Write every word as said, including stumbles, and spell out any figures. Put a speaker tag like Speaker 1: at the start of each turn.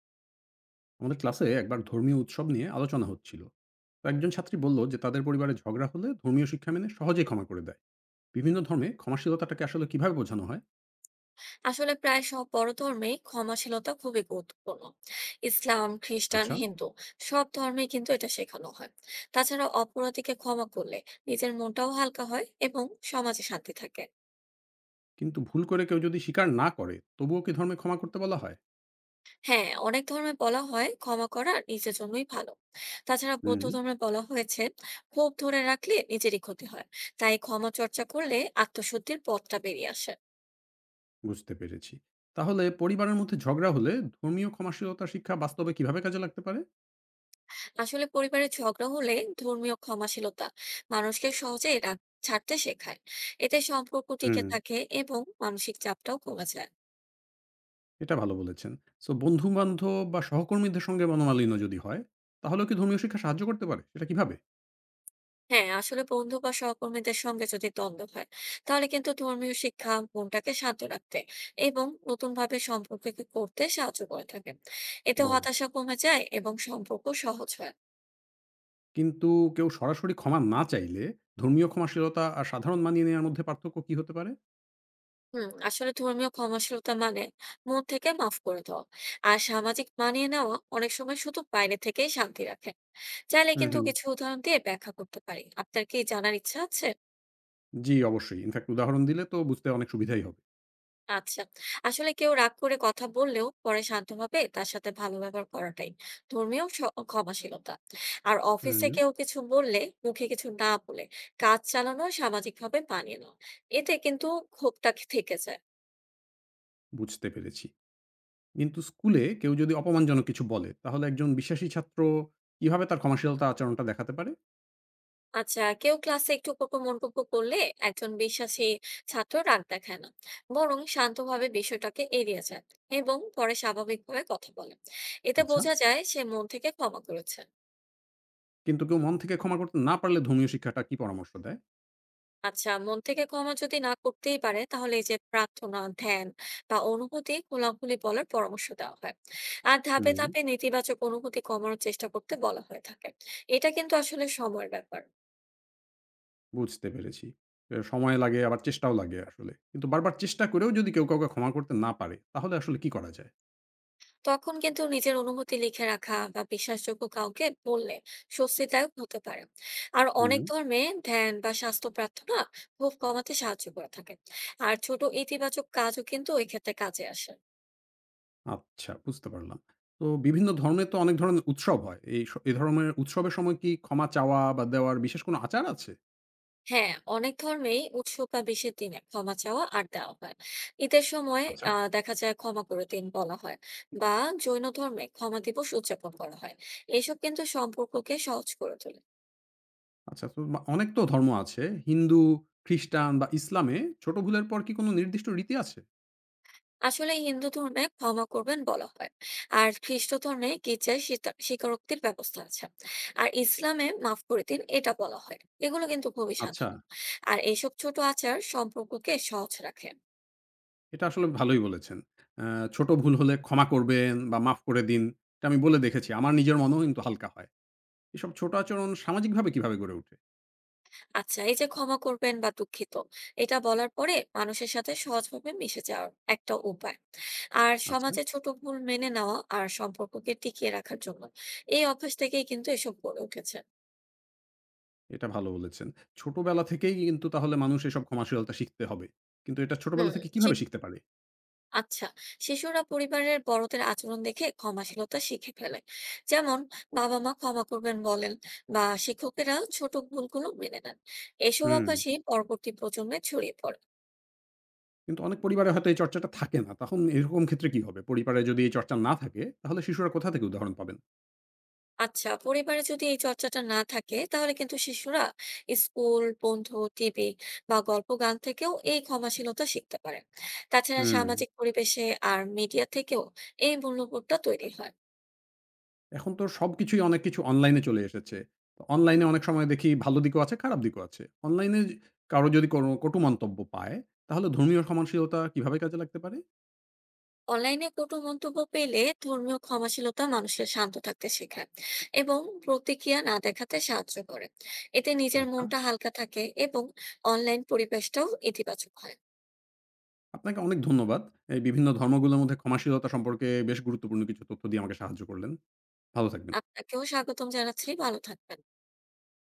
Speaker 1: আমাদের ক্লাসে একবার ধর্মীয় উৎসব নিয়ে আলোচনা হচ্ছিল। তো একজন ছাত্রী বলল যে তাদের পরিবারে ঝগড়া হলে ধর্মীয় শিক্ষা মেনে সহজেই ক্ষমা করে দেয়। বিভিন্ন ধর্মে ক্ষমাশীলতাটাকে আসলে কিভাবে বোঝানো হয়?
Speaker 2: আসলে প্রায় সব বড় ধর্মেই ক্ষমাশীলতা খুবই গুরুত্বপূর্ণ। ইসলাম, খ্রিস্টান,
Speaker 1: আচ্ছা।
Speaker 2: হিন্দু সব ধর্মে কিন্তু এটা শেখানো হয়। তাছাড়া অপরাধীকে ক্ষমা করলে নিজের মনটাও হালকা হয় এবং সমাজে শান্তি থাকে।
Speaker 1: কিন্তু ভুল করে কেউ যদি স্বীকার না করে তবুও কি ধর্মে ক্ষমা করতে বলা হয়?
Speaker 2: হ্যাঁ, অনেক ধর্মে বলা হয় ক্ষমা করা নিজের জন্যই ভালো। তাছাড়া বৌদ্ধ
Speaker 1: হুম,
Speaker 2: ধর্মে বলা হয়েছে ক্ষোভ ধরে রাখলে নিজেরই ক্ষতি হয়, তাই ক্ষমা চর্চা করলে আত্মশুদ্ধির পথটা বেরিয়ে আসে।
Speaker 1: বুঝতে পেরেছি। তাহলে পরিবারের মধ্যে ঝগড়া হলে ধর্মীয় ক্ষমাশীলতা শিক্ষা বাস্তবে কিভাবে কাজে লাগতে পারে?
Speaker 2: আসলে পরিবারের ঝগড়া হলে ধর্মীয় ক্ষমাশীলতা মানুষকে সহজে রাগ ছাড়তে শেখায়। এতে সম্পর্ক
Speaker 1: হুম,
Speaker 2: টিকে থাকে এবং মানসিক চাপটাও কমে যায়।
Speaker 1: এটা ভালো বলেছেন। সো বন্ধু বান্ধব বা সহকর্মীদের সঙ্গে মনোমালিন্য যদি হয়, তাহলে কি ধর্মীয় শিক্ষা সাহায্য করতে পারে? সেটা কিভাবে?
Speaker 2: হ্যাঁ, আসলে বন্ধু বা সহকর্মীদের সঙ্গে যদি দ্বন্দ্ব হয় তাহলে কিন্তু ধর্মীয় শিক্ষা মনটাকে শান্ত রাখতে এবং নতুন ভাবে সম্পর্ককে করতে সাহায্য করে থাকে। এতে
Speaker 1: ও,
Speaker 2: হতাশা কমে যায় এবং সম্পর্ক সহজ হয়।
Speaker 1: কিন্তু কেউ সরাসরি ক্ষমা না চাইলে ধর্মীয় ক্ষমাশীলতা আর সাধারণ মানিয়ে নেওয়ার মধ্যে পার্থক্য কি হতে পারে?
Speaker 2: হুম আসলে ধর্মীয় ক্ষমাশীলতা মানে মন থেকে মাফ করে দেওয়া, আর সামাজিক মানিয়ে নেওয়া অনেক সময় শুধু বাইরে থেকেই শান্তি রাখে। চাইলে
Speaker 1: হুম,
Speaker 2: কিন্তু
Speaker 1: হুম।
Speaker 2: কিছু উদাহরণ দিয়ে ব্যাখ্যা করতে পারি, আপনার কি জানার ইচ্ছা আছে?
Speaker 1: জি, অবশ্যই। ইনফেক্ট উদাহরণ দিলে তো বুঝতে অনেক সুবিধাই হবে।
Speaker 2: আচ্ছা, আসলে কেউ রাগ করে কথা বললেও পরে শান্তভাবে তার সাথে ভালো ব্যবহার করাটাই ধর্মীয় স- ক্ষমাশীলতা। আর অফিসে
Speaker 1: হুম।
Speaker 2: কেউ কিছু বললে মুখে কিছু না বলে কাজ চালানো সামাজিকভাবে মানিয়ে নেওয়া, এতে কিন্তু ক্ষোভটা থেকে যায়।
Speaker 1: বুঝতে পেরেছি। কিন্তু স্কুলে কেউ যদি অপমানজনক কিছু বলে, তাহলে একজন বিশ্বাসী ছাত্র কিভাবে তার ক্ষমাশীলতা আচরণটা দেখাতে পারে?
Speaker 2: আচ্ছা, কেউ ক্লাসে একটু কটু মন্তব্য করলে একজন বিশ্বাসী ছাত্র রাগ দেখায় না, বরং শান্তভাবে বিষয়টাকে এড়িয়ে যায় এবং পরে স্বাভাবিকভাবে কথা বলে। এতে
Speaker 1: আচ্ছা।
Speaker 2: বোঝা যায় সে মন থেকে ক্ষমা করেছে।
Speaker 1: কিন্তু কেউ মন থেকে ক্ষমা করতে না পারলে ধর্মীয় শিক্ষাটা কি পরামর্শ দেয়?
Speaker 2: আচ্ছা, মন থেকে ক্ষমা যদি না করতেই পারে তাহলে এই যে প্রার্থনা, ধ্যান বা অনুভূতি খোলাখুলি বলার পরামর্শ দেওয়া হয়। আর ধাপে
Speaker 1: হুম।
Speaker 2: ধাপে নেতিবাচক অনুভূতি কমানোর চেষ্টা করতে বলা হয়ে থাকে। এটা কিন্তু আসলে সময়ের ব্যাপার।
Speaker 1: বুঝতে পেরেছি। এ সময় লাগে আবার চেষ্টাও লাগে আসলে। কিন্তু বারবার চেষ্টা করেও যদি কেউ কাউকে ক্ষমা করতে না পারে, তাহলে আসলে কি করা যায়?
Speaker 2: তখন কিন্তু নিজের অনুভূতি লিখে রাখা বা বিশ্বাসযোগ্য কাউকে বললে স্বস্তিদায়ক হতে পারে। আর
Speaker 1: হুম।
Speaker 2: অনেক ধর্মে ধ্যান বা স্বাস্থ্য প্রার্থনা খুব কমাতে সাহায্য করে থাকে। আর ছোট ইতিবাচক কাজও কিন্তু ওই ক্ষেত্রে কাজে আসে।
Speaker 1: আচ্ছা, বুঝতে পারলাম। তো বিভিন্ন ধরনের তো অনেক ধরনের উৎসব হয়। এই স এই ধরনের উৎসবের সময় কি ক্ষমা চাওয়া বা দেওয়ার বিশেষ কোনো আচার আছে?
Speaker 2: হ্যাঁ, অনেক ধর্মেই উৎসব বা বিশেষ দিনে ক্ষমা চাওয়া আর দেওয়া হয়। ঈদের সময়
Speaker 1: আচ্ছা।
Speaker 2: আহ দেখা যায় ক্ষমা করে দিন বলা হয়, বা জৈন ধর্মে ক্ষমা দিবস উদযাপন করা হয়। এসব কিন্তু সম্পর্ককে সহজ করে তোলে।
Speaker 1: আচ্ছা, তো মা অনেক তো ধর্ম আছে। হিন্দু, খ্রিস্টান বা ইসলামে ছোট ভুলের পর কি কোনো নির্দিষ্ট রীতি আছে?
Speaker 2: আসলে হিন্দু ধর্মে ক্ষমা করবেন বলা হয়, আর খ্রিস্ট ধর্মে গির্জায় স্বীকার- স্বীকারোক্তির ব্যবস্থা আছে। আর ইসলামে মাফ করে দিন এটা বলা হয়। এগুলো কিন্তু খুবই
Speaker 1: আচ্ছা,
Speaker 2: সাধারণ, আর এইসব ছোট আচার সম্পর্ককে সহজ রাখে।
Speaker 1: এটা আসলে ভালোই বলেছেন। আ ছোট ভুল হলে ক্ষমা করবেন বা মাফ করে দিন। এটা আমি বলে দেখেছি। আমার নিজের মনেও কিন্তু হালকা হয়। এসব ছোট আচরণ সামাজিকভাবে কিভাবে গড়ে ওঠে?
Speaker 2: আচ্ছা, এই যে ক্ষমা করবেন বা দুঃখিত এটা বলার পরে মানুষের সাথে সহজভাবে মিশে যাওয়ার একটা উপায়। আর
Speaker 1: আচ্ছা।
Speaker 2: সমাজে ছোট ভুল মেনে নেওয়া আর সম্পর্ককে টিকিয়ে রাখার জন্য এই অভ্যাস থেকেই কিন্তু এসব গড়ে উঠেছে।
Speaker 1: এটা ভালো বলেছেন। ছোটবেলা থেকেই কিন্তু তাহলে মানুষ এসব কমার্শিয়ালটা শিখতে হবে। কিন্তু এটা ছোটবেলা
Speaker 2: হুম
Speaker 1: থেকে কিভাবে শিখতে পারে?
Speaker 2: আচ্ছা শিশুরা পরিবারের বড়দের আচরণ দেখে ক্ষমাশীলতা শিখে ফেলে। যেমন বাবা মা ক্ষমা করবেন বলেন, বা শিক্ষকেরা ছোট ভুলগুলো মেনে নেন। এসব
Speaker 1: হুম।
Speaker 2: অভ্যাসই পরবর্তী প্রজন্মে ছড়িয়ে পড়ে।
Speaker 1: কিন্তু অনেক পরিবারে হয়তো এই চর্চাটা থাকে না। তখন এরকম ক্ষেত্রে কি হবে? পরিবারে যদি এই চর্চা না থাকে তাহলে শিশুরা কোথা থেকে উদাহরণ পাবেন?
Speaker 2: আচ্ছা, পরিবারে যদি এই চর্চাটা না থাকে তাহলে কিন্তু শিশুরা স্কুল, বন্ধু, টিভি বা গল্প গান থেকেও এই ক্ষমাশীলতা শিখতে পারে। তাছাড়া
Speaker 1: হুম।
Speaker 2: সামাজিক পরিবেশে আর মিডিয়া থেকেও এই মূল্যবোধটা তৈরি হয়।
Speaker 1: এখন তো সবকিছুই অনেক কিছু অনলাইনে চলে এসেছে। তো অনলাইনে অনেক সময় দেখি ভালো দিকও আছে, খারাপ দিকও আছে। অনলাইনে কারো যদি কোনো কটু মন্তব্য পায় তাহলে ধর্মীয় সহনশীলতা কিভাবে কাজে লাগতে পারে?
Speaker 2: অনলাইনে কটু মন্তব্য পেলে ধর্মীয় ক্ষমাশীলতা মানুষের শান্ত থাকতে শেখায় এবং প্রতিক্রিয়া না দেখাতে সাহায্য করে। এতে নিজের
Speaker 1: আচ্ছা।
Speaker 2: মনটা হালকা থাকে এবং অনলাইন পরিবেশটাও ইতিবাচক হয়।
Speaker 1: আপনাকে অনেক ধন্যবাদ। এই বিভিন্ন ধর্মগুলোর মধ্যে ক্ষমাশীলতা সম্পর্কে বেশ গুরুত্বপূর্ণ কিছু তথ্য দিয়ে আমাকে সাহায্য করলেন। ভালো থাকবেন।
Speaker 2: আপনাকেও স্বাগতম জানাচ্ছি, ভালো থাকবেন।